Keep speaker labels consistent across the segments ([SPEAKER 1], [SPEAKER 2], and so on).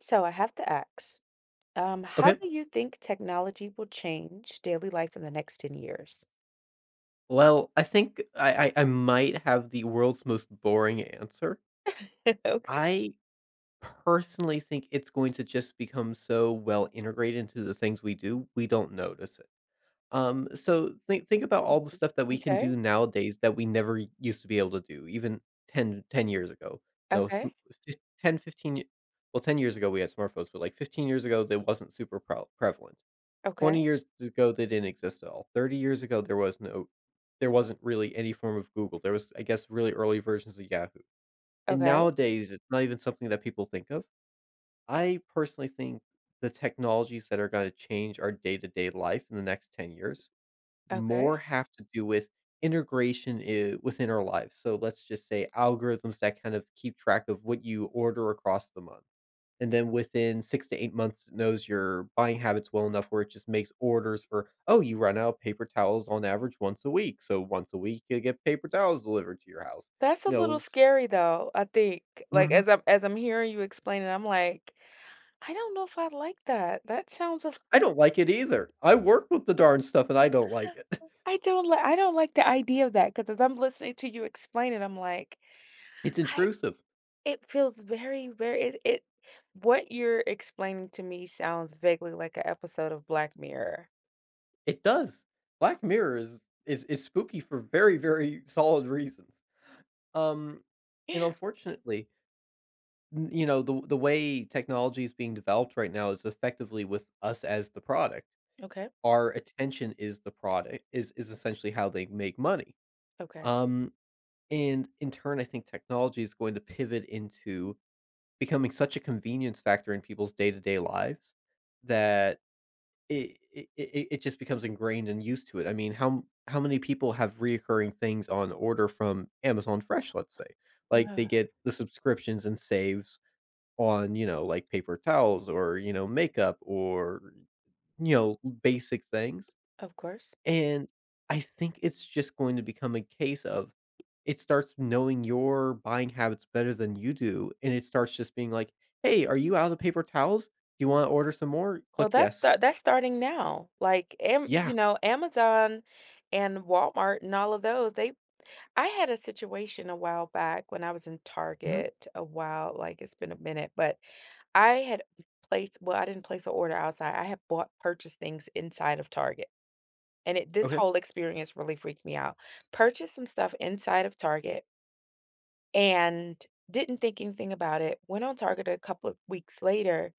[SPEAKER 1] So I have to ask, how
[SPEAKER 2] Okay.
[SPEAKER 1] do you think technology will change daily life in the next 10 years?
[SPEAKER 2] Well, I think I might have the world's most boring answer.
[SPEAKER 1] Okay.
[SPEAKER 2] I personally think it's going to just become so well integrated into the things we do, we don't notice it. So think about
[SPEAKER 1] Hmm.
[SPEAKER 2] all the stuff that we can
[SPEAKER 1] Okay,
[SPEAKER 2] do nowadays that we never used to be able to do, even ten years ago. No, s-
[SPEAKER 1] okay,
[SPEAKER 2] fif- 10, 15, 10 years ago we had smartphones, but like 15 years ago, they wasn't super prevalent. 20
[SPEAKER 1] okay,
[SPEAKER 2] years ago, they didn't exist at all. 30 years ago, there wasn't really any form of Google. There was, I guess, really early versions of Yahoo. And
[SPEAKER 1] okay,
[SPEAKER 2] nowadays, it's not even something that people think of. I personally think the technologies that are going to change our day-to-day life in the next 10 years
[SPEAKER 1] okay.
[SPEAKER 2] more have to do with integration within our lives. So let's just say algorithms that kind of keep track of what you order across the month, and then within 6 to 8 months it knows your buying habits well enough where it just makes orders for, "Oh, you run out of paper towels on average once a week, so once a week you get paper towels delivered to your house."
[SPEAKER 1] That's a
[SPEAKER 2] You know,
[SPEAKER 1] little
[SPEAKER 2] s
[SPEAKER 1] scary though, I think. Like,
[SPEAKER 2] Mhm.
[SPEAKER 1] as I'm hearing you explain it, I'm like, I don't know if I like that. That sounds a,
[SPEAKER 2] I don't like it either. I work with the darn stuff, and I don't like it.
[SPEAKER 1] I don't like the idea of that because as I'm listening to you explain it, I'm like,
[SPEAKER 2] It's
[SPEAKER 1] I
[SPEAKER 2] intrusive.
[SPEAKER 1] it feels very, very it, it what you're explaining to me sounds vaguely like an episode of Black Mirror.
[SPEAKER 2] It does. Black Mirror is spooky for very, very solid reasons. Um, and unfortunately, n you know, the way technology is being developed right now is effectively with us as the product.
[SPEAKER 1] Okay.
[SPEAKER 2] Our attention is the product is essentially how they make money.
[SPEAKER 1] Okay.
[SPEAKER 2] Um, and in turn, I think technology is going to pivot into becoming such a convenience factor in people's day to day lives that it just becomes ingrained and used to it. I mean, how how many people have reoccurring things on order from Amazon Fresh? Let's say, like
[SPEAKER 1] Uh,
[SPEAKER 2] they get the subscriptions and saves on, you know, like paper towels or, you know, makeup or, you know, basic things.
[SPEAKER 1] of course.
[SPEAKER 2] And I think it's just going to become a case of it starts knowing your buying habits better than you do, and it starts just being like, "Hey, are you out of paper towels? Do you wanna order some more?"
[SPEAKER 1] Well,
[SPEAKER 2] Click
[SPEAKER 1] that's
[SPEAKER 2] yes.
[SPEAKER 1] sta that's starting now. Like, Am
[SPEAKER 2] "Yeah."
[SPEAKER 1] Amazon and Walmart and all of those, they I had a situation a while back when I was in
[SPEAKER 2] Mhm.
[SPEAKER 1] Target a while, like it's been a minute, but I had placed well, I didn't place an order outside. I had bought purchased things inside of Target. And it this
[SPEAKER 2] Okay.
[SPEAKER 1] whole experience really freaked me out. Purchased some stuff inside of Target and didn't think anything about it. Went on Target a couple of weeks later,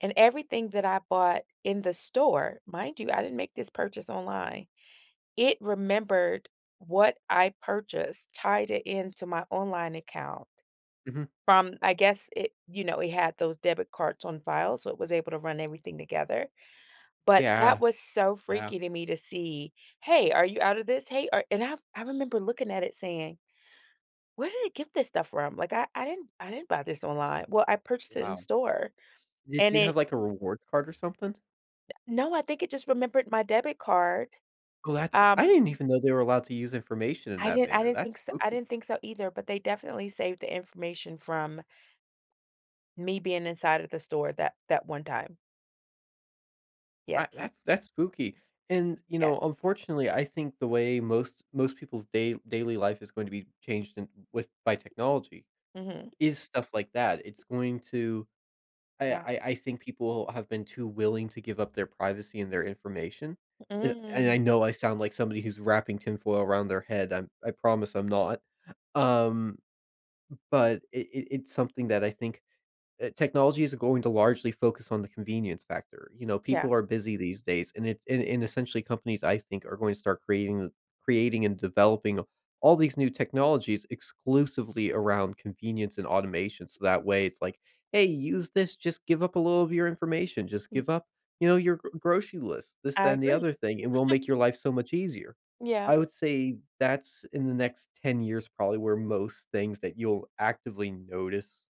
[SPEAKER 1] and everything that I bought in the store mind you, I didn't make this purchase online. It remembered what I purchased, tied it into my online account
[SPEAKER 2] Mhm.
[SPEAKER 1] from I guess it it had those debit cards on file, so it was able to run everything together. But that
[SPEAKER 2] Yeah.
[SPEAKER 1] was so
[SPEAKER 2] Yeah.
[SPEAKER 1] freaky to me to see, "Hey, are you out of this? Hey, are," and I remember looking at it saying where did it get this stuff from? Like, I didn't buy this online. Well, I purchased it in
[SPEAKER 2] Wow.
[SPEAKER 1] store,
[SPEAKER 2] Did
[SPEAKER 1] and
[SPEAKER 2] you have,
[SPEAKER 1] it
[SPEAKER 2] like, a reward card or something?
[SPEAKER 1] no, I think it just remembered my debit card.
[SPEAKER 2] Oh, that's
[SPEAKER 1] Um,
[SPEAKER 2] I didn't even know they were allowed to use information in
[SPEAKER 1] I
[SPEAKER 2] that
[SPEAKER 1] didn't I
[SPEAKER 2] manner.
[SPEAKER 1] didn't
[SPEAKER 2] That's
[SPEAKER 1] think so I
[SPEAKER 2] spooky.
[SPEAKER 1] didn't think so either, but they definitely saved the information from me being inside of the store that that one time.
[SPEAKER 2] I
[SPEAKER 1] Yes.
[SPEAKER 2] That's spooky, and, you know,
[SPEAKER 1] Yes.
[SPEAKER 2] unfortunately, I think the way most people's day daily life is going to be changed in with by technology
[SPEAKER 1] Mhm.
[SPEAKER 2] is stuff like that. It's going to I
[SPEAKER 1] Yeah.
[SPEAKER 2] I I think people have been too willing to give up their privacy and their information, and
[SPEAKER 1] Mm.
[SPEAKER 2] I know I sound like somebody who's wrapping tinfoil around their head. I promise I'm not, um, but it's something that I think technology is going to largely focus on the convenience factor. You know,
[SPEAKER 1] Yeah.
[SPEAKER 2] people are busy these days, and essentially companies I think are going to start creating and developing all these new technologies exclusively around convenience and automation. So that way, it's like, hey, use this. Just give up a little of your information. Just
[SPEAKER 1] Yeah.
[SPEAKER 2] give up, you know, your grocery list, this, that,
[SPEAKER 1] I
[SPEAKER 2] and the
[SPEAKER 1] agree.
[SPEAKER 2] other thing, and we'll make your life so much easier.
[SPEAKER 1] Yeah.
[SPEAKER 2] I would say that's in the next 10 years, probably where most things that you'll actively notice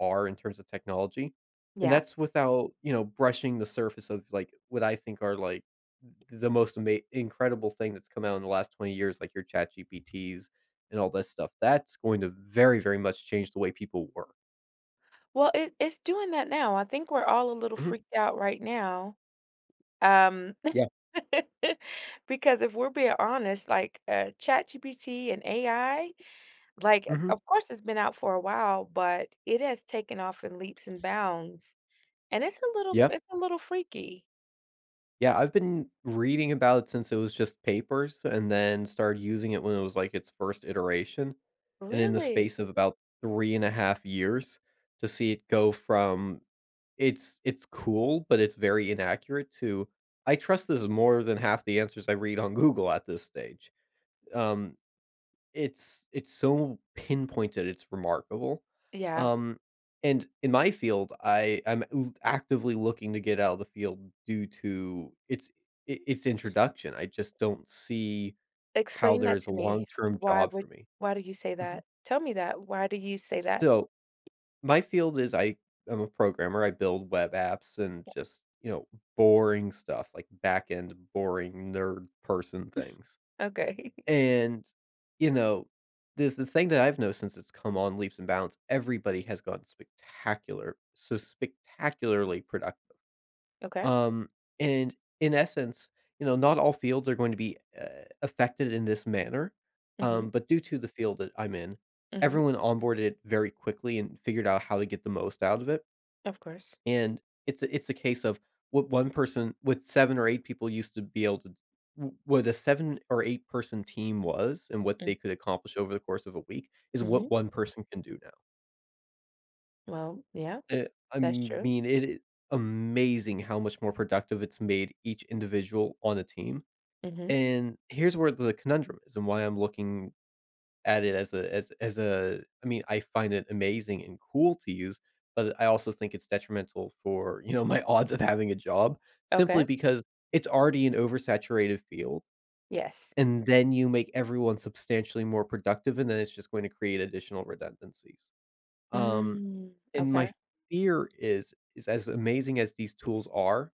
[SPEAKER 2] are in terms of technology. And
[SPEAKER 1] Yeah.
[SPEAKER 2] that's without, you know, brushing the surface of like what I think are like the incredible thing that's come out in the last 20 years, like your chat GPTs and all this stuff. That's going to very, very much change the way people work.
[SPEAKER 1] Well, it it's doing that now. I think we're all a little
[SPEAKER 2] Mhm.
[SPEAKER 1] freaked out right now. Um.
[SPEAKER 2] Yeah.
[SPEAKER 1] Because if we're being honest, like, ChatGPT and AI, like,
[SPEAKER 2] Hmm.
[SPEAKER 1] of course, it's been out for a while, but it has taken off in leaps and bounds, and it's a little
[SPEAKER 2] Yeah.
[SPEAKER 1] it's a little freaky.
[SPEAKER 2] Yeah, I've been reading about it since it was just papers and then started using it when it was like its first iteration. And in the
[SPEAKER 1] Really?
[SPEAKER 2] space of about 3.5 years to see it go from it's cool, but it's very inaccurate too. I trust this more than half the answers I read on Google at this stage. Um, it's it's so pinpointed, it's remarkable.
[SPEAKER 1] Yeah.
[SPEAKER 2] Um, and in my field, I'm actively looking to get out of the field due to its introduction. I just don't see how
[SPEAKER 1] Explain
[SPEAKER 2] there
[SPEAKER 1] that
[SPEAKER 2] is a
[SPEAKER 1] to me.
[SPEAKER 2] long-term
[SPEAKER 1] Why
[SPEAKER 2] job for
[SPEAKER 1] would
[SPEAKER 2] me.
[SPEAKER 1] why do you say
[SPEAKER 2] Mhm.
[SPEAKER 1] that? Tell me that. Why do you say that?
[SPEAKER 2] So my field is I am a programmer. I build web apps and just, you know, boring stuff like back end, boring nerd person things.
[SPEAKER 1] Okay.
[SPEAKER 2] And, you know, the thing that I've noticed since it's come on leaps and bounds, everybody has gone spectacularly productive.
[SPEAKER 1] Okay.
[SPEAKER 2] Um, and in essence, you know, not all fields are going to be affected in this manner.
[SPEAKER 1] Mhm.
[SPEAKER 2] But due to the field that I'm in,
[SPEAKER 1] Mhm.
[SPEAKER 2] everyone onboarded it very quickly and figured out how to get the most out of it.
[SPEAKER 1] Of course.
[SPEAKER 2] And it's a case of what one person with seven or eight people used to be able to w- what a seven or eight-person team was and what they
[SPEAKER 1] Mm,
[SPEAKER 2] could accomplish over the course of a week is
[SPEAKER 1] mhm.
[SPEAKER 2] what one person can do now.
[SPEAKER 1] Well, yeah,
[SPEAKER 2] Eh, I
[SPEAKER 1] that's true.
[SPEAKER 2] mean, it is amazing how much more productive it's made each individual on a team,
[SPEAKER 1] Mhm.
[SPEAKER 2] and here's where the conundrum is and why I'm looking at it as a as as a I mean, I find it amazing and cool to use, but I also think it's detrimental for, you know, my odds of having a job simply
[SPEAKER 1] Okay.
[SPEAKER 2] because it's already an oversaturated field,
[SPEAKER 1] Yes.
[SPEAKER 2] and then you make everyone substantially more productive, and then it's just going to create additional redundancies. Um
[SPEAKER 1] Mm,
[SPEAKER 2] and
[SPEAKER 1] okay.
[SPEAKER 2] my fear is as amazing as these tools are,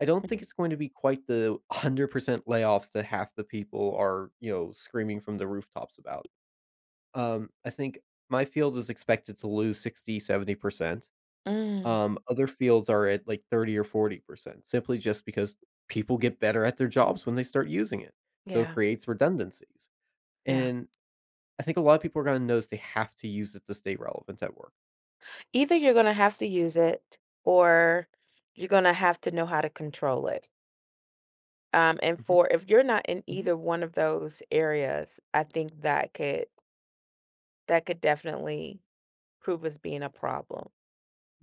[SPEAKER 2] I don't think it's going to be quite the 100% layoffs that half the people are, you know, screaming from the rooftops about. I think my field is expected to lose 60, 70%.
[SPEAKER 1] Mm,
[SPEAKER 2] Other fields are at like 30 or 40% simply just because people get better at their jobs when they start using it. So it
[SPEAKER 1] yeah.
[SPEAKER 2] creates redundancies.
[SPEAKER 1] Yeah.
[SPEAKER 2] And I think a lot of people are going to notice they have to use it to stay relevant at work.
[SPEAKER 1] Either you're gonna have to use it or you're gonna have to know how to control it. And
[SPEAKER 2] Mhm.
[SPEAKER 1] for if you're not in either one of those areas, I think that could definitely prove as being a problem.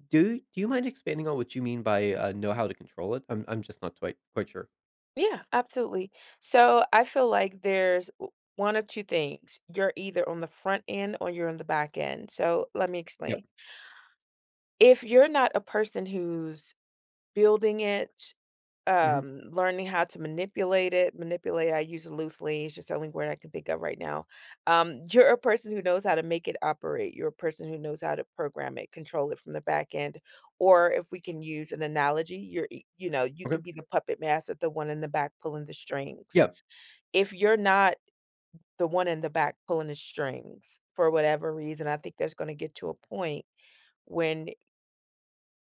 [SPEAKER 2] Do you mind expanding on what you mean by, know how to control it? I'm just not quite sure.
[SPEAKER 1] Yeah, absolutely. So I feel like there's w- one of two things. You're either on the front end or you're on the back end. So let me
[SPEAKER 2] Yeah.
[SPEAKER 1] explain. If you're not a person who's building it,
[SPEAKER 2] Mhm.
[SPEAKER 1] learning how to manipulate it manipulate I use it loosely, it's just the only word I can think of right now. You're a person who knows how to make it operate, you're a person who knows how to program it, control it from the back end. Or if we can use an analogy, you're e- you know, you
[SPEAKER 2] Okay.
[SPEAKER 1] can be the puppet master, the one in the back pulling the strings.
[SPEAKER 2] Yeah.
[SPEAKER 1] If you're not the one in the back pulling the strings, for whatever reason, I think that's going to get to a point when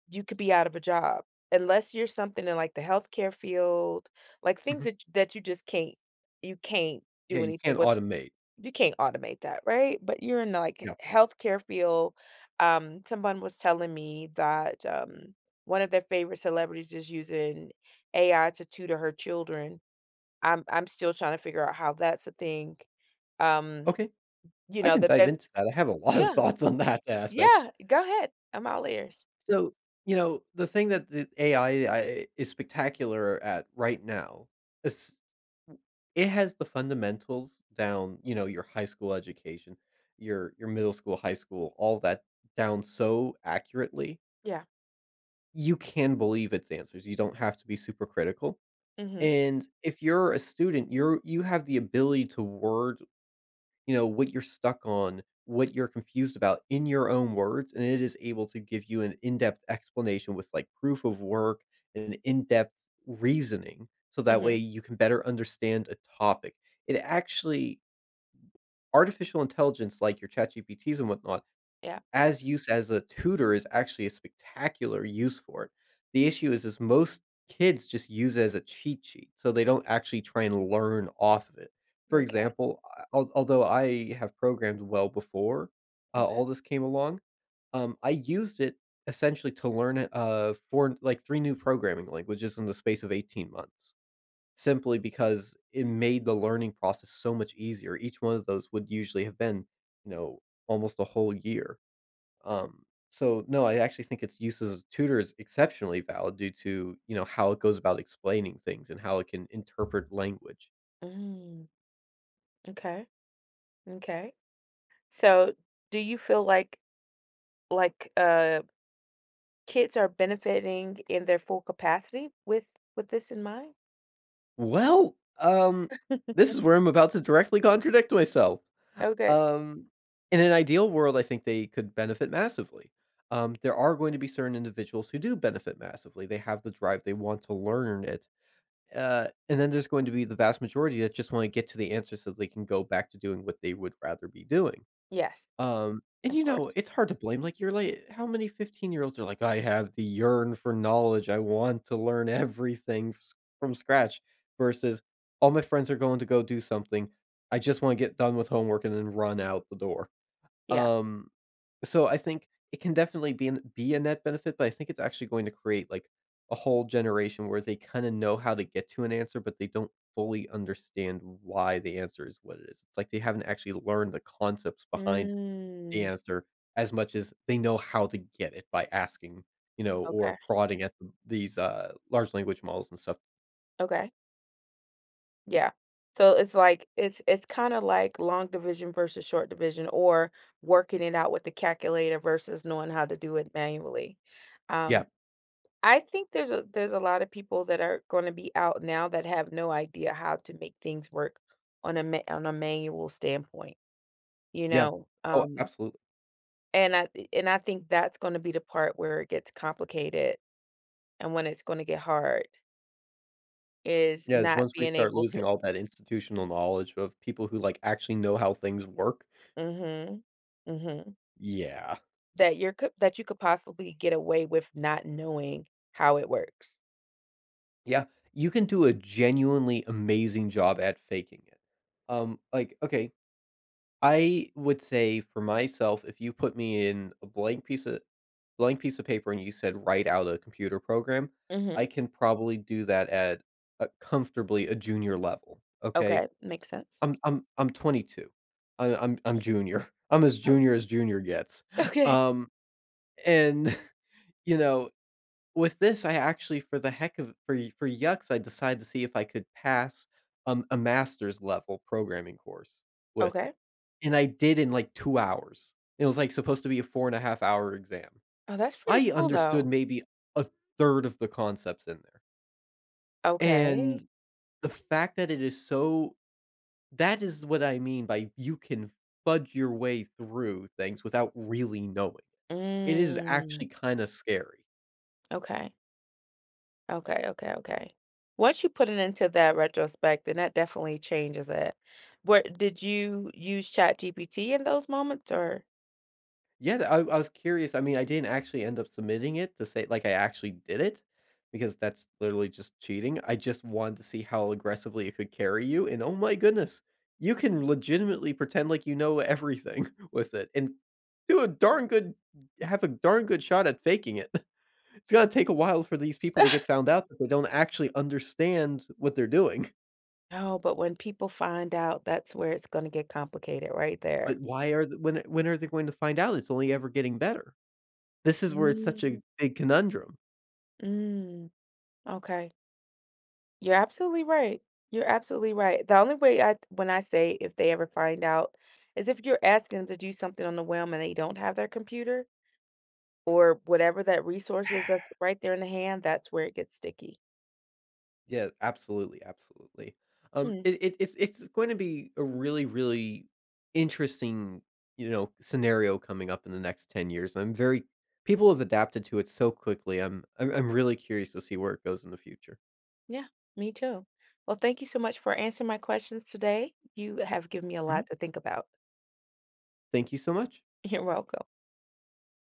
[SPEAKER 1] you could be out of a job, unless you're something in, like, the healthcare field, like, things
[SPEAKER 2] Mhm.
[SPEAKER 1] that that you just can't you can't
[SPEAKER 2] Yeah,
[SPEAKER 1] do
[SPEAKER 2] you
[SPEAKER 1] anything
[SPEAKER 2] can't
[SPEAKER 1] with.
[SPEAKER 2] automate.
[SPEAKER 1] You can't automate that, right? But you're in, like,
[SPEAKER 2] Yeah.
[SPEAKER 1] healthcare field. Someone was telling me that, one of their favorite celebrities is using AI to tutor her children. I'm still trying to figure out how that's a thing. Um,
[SPEAKER 2] Okay.
[SPEAKER 1] you
[SPEAKER 2] I
[SPEAKER 1] know,
[SPEAKER 2] can
[SPEAKER 1] that
[SPEAKER 2] dive
[SPEAKER 1] there's
[SPEAKER 2] into that. I have a lot of
[SPEAKER 1] yeah,
[SPEAKER 2] thoughts on that aspect.
[SPEAKER 1] yeah, go ahead. I'm all ears.
[SPEAKER 2] So, you know, the thing that the AI is spectacular at right now is it has the fundamentals down, you know, your high school education, your middle school, high school, all that down so accurately.
[SPEAKER 1] Yeah.
[SPEAKER 2] You can believe its answers, you don't have to be super critical,
[SPEAKER 1] Mm. Mhm.
[SPEAKER 2] and if you're a student, you have the ability to word, you know, what you're stuck on, what you're confused about in your own words, and it is able to give you an in-depth explanation with, like, proof of work and in-depth reasoning, so
[SPEAKER 1] Mm.
[SPEAKER 2] that way
[SPEAKER 1] Mhm.
[SPEAKER 2] you can better understand a topic. It actually artificial intelligence like your ChatGPTs and whatnot
[SPEAKER 1] Yeah.
[SPEAKER 2] as use as a tutor is actually a spectacular use for it. The issue is most kids just use it as a cheat sheet, so they don't actually try and learn off of it. For
[SPEAKER 1] M'kay.
[SPEAKER 2] example, I al although I have programmed well before all
[SPEAKER 1] Okay.
[SPEAKER 2] this came along, I used it essentially to learn, 3 new programming languages in the space of 18 months, simply because it made the learning process so much easier. Each one of those would usually have been, you know, almost a whole year. Um, so no, I actually think its use as a tutor is exceptionally valid due to, you know, how it goes about explaining things and how it can interpret language.
[SPEAKER 1] Mm, okay. Okay. So, do you feel like kids are benefiting in their full capacity with this in mind?
[SPEAKER 2] Well, this is where I'm about to directly contradict myself.
[SPEAKER 1] Okay.
[SPEAKER 2] Um, in an ideal world, I think they could benefit massively. There are going to be certain individuals who do benefit massively. They have the drive, they want to learn it. And then there's going to be the vast majority that just want to get to the answer so they can go back to doing what they would rather be doing.
[SPEAKER 1] Yes,
[SPEAKER 2] And
[SPEAKER 1] of
[SPEAKER 2] you know,
[SPEAKER 1] course.
[SPEAKER 2] it's hard to blame, like, you're like how many 15-year-olds are like, "I have the yearn for knowledge, I want to learn everything s from scratch," versus, "All my friends are going to go do something, I just wanna get done with homework and then run out the door."
[SPEAKER 1] Yeah.
[SPEAKER 2] Um, so I think it can definitely be a net benefit, but I think it's actually going to create, like, a whole generation where they kinda know how to get to an answer, but they don't fully understand why the answer is what it is. It's like they haven't actually learned the concepts behind the
[SPEAKER 1] Mm,
[SPEAKER 2] answer as much as they know how to get it by asking, you know, or
[SPEAKER 1] okay.
[SPEAKER 2] prodding at th these, large language models and stuff.
[SPEAKER 1] Okay. Yeah. So it's like it's kind of like long division versus short division, or working it out with the calculator versus knowing how to do it manually.
[SPEAKER 2] Yeah,
[SPEAKER 1] Um I think there's a lot of people that are going to be out now that have no idea how to make things work on a ma- on a manual standpoint, you
[SPEAKER 2] yeah.
[SPEAKER 1] know.
[SPEAKER 2] Oh, absolutely.
[SPEAKER 1] And I think that's going to be the part where it gets complicated and when it's going to get hard is
[SPEAKER 2] Yeah, it's
[SPEAKER 1] not
[SPEAKER 2] once we
[SPEAKER 1] being
[SPEAKER 2] start
[SPEAKER 1] able
[SPEAKER 2] losing
[SPEAKER 1] to
[SPEAKER 2] all that institutional knowledge of people who, like, actually know how things work.
[SPEAKER 1] mhm, mhm,
[SPEAKER 2] Yeah.
[SPEAKER 1] that you could possibly get away with not knowing how it works.
[SPEAKER 2] Yeah. You can do a genuinely amazing job at faking it. Like, okay, I would say for myself, if you put me in a blank piece of paper and you said write out a computer program,
[SPEAKER 1] Mhm.
[SPEAKER 2] I can probably do that at a comfortably a junior level, okay?
[SPEAKER 1] Okay, makes sense.
[SPEAKER 2] I'm 22. I'm junior. I'm
[SPEAKER 1] Oh,
[SPEAKER 2] as junior gets.
[SPEAKER 1] okay.
[SPEAKER 2] Um, and, you know, with this, I actually for the heck of for y for yucks, I decided to see if I could pass, a master's level programming course with it,
[SPEAKER 1] Okay.
[SPEAKER 2] and I did in, like, 2 hours. It was, like, supposed to be a 4.5 hour exam.
[SPEAKER 1] Oh, that's pretty
[SPEAKER 2] I
[SPEAKER 1] cool
[SPEAKER 2] understood
[SPEAKER 1] though.
[SPEAKER 2] maybe a third of the concepts in there, and
[SPEAKER 1] Okay.
[SPEAKER 2] the fact that it is so that is what I mean by you can fudge your way through things without really knowing. It is
[SPEAKER 1] Mm,
[SPEAKER 2] actually kinda scary.
[SPEAKER 1] okay. Okay, okay, okay. Once you put it into that retrospect, then that definitely changes it. Where did you use ChatGPT in those moments or
[SPEAKER 2] Yeah, th I was curious, I mean, I didn't actually end up submitting it to say, like, I actually did it, because that's literally just cheating, I just wanted to see how aggressively it could carry you, and oh my goodness, you can legitimately pretend like you know everything with it, and do a darn good have a darn good shot at faking it. It's gonna take a while for these people to get found out that they don't actually understand what they're doing,
[SPEAKER 1] no, but when people find out, that's where it's gonna get complicated right there.
[SPEAKER 2] but why are the when are they going to find out? It's only ever getting better. This is where it's such
[SPEAKER 1] Mm,
[SPEAKER 2] a big conundrum.
[SPEAKER 1] mm, okay. You're absolutely right. You're absolutely right. The only way I when I say if they ever find out is if you're asking them to do something on the whim and they don't have their computer. Or whatever that resource is that's right there in the hand, that's where it gets sticky.
[SPEAKER 2] Yeah, absolutely, absolutely. Um,
[SPEAKER 1] Hmm,
[SPEAKER 2] it, it it's it's going to be a really interesting, you know, scenario coming up in the next 10 years. I'm very People have adapted to it so quickly. I'm really curious to see where it goes in the future.
[SPEAKER 1] yeah, me too. Well, thank you so much for answering my questions today. You have given me a
[SPEAKER 2] Mhm.
[SPEAKER 1] lot to think about.
[SPEAKER 2] Thank you so much.
[SPEAKER 1] You're welcome.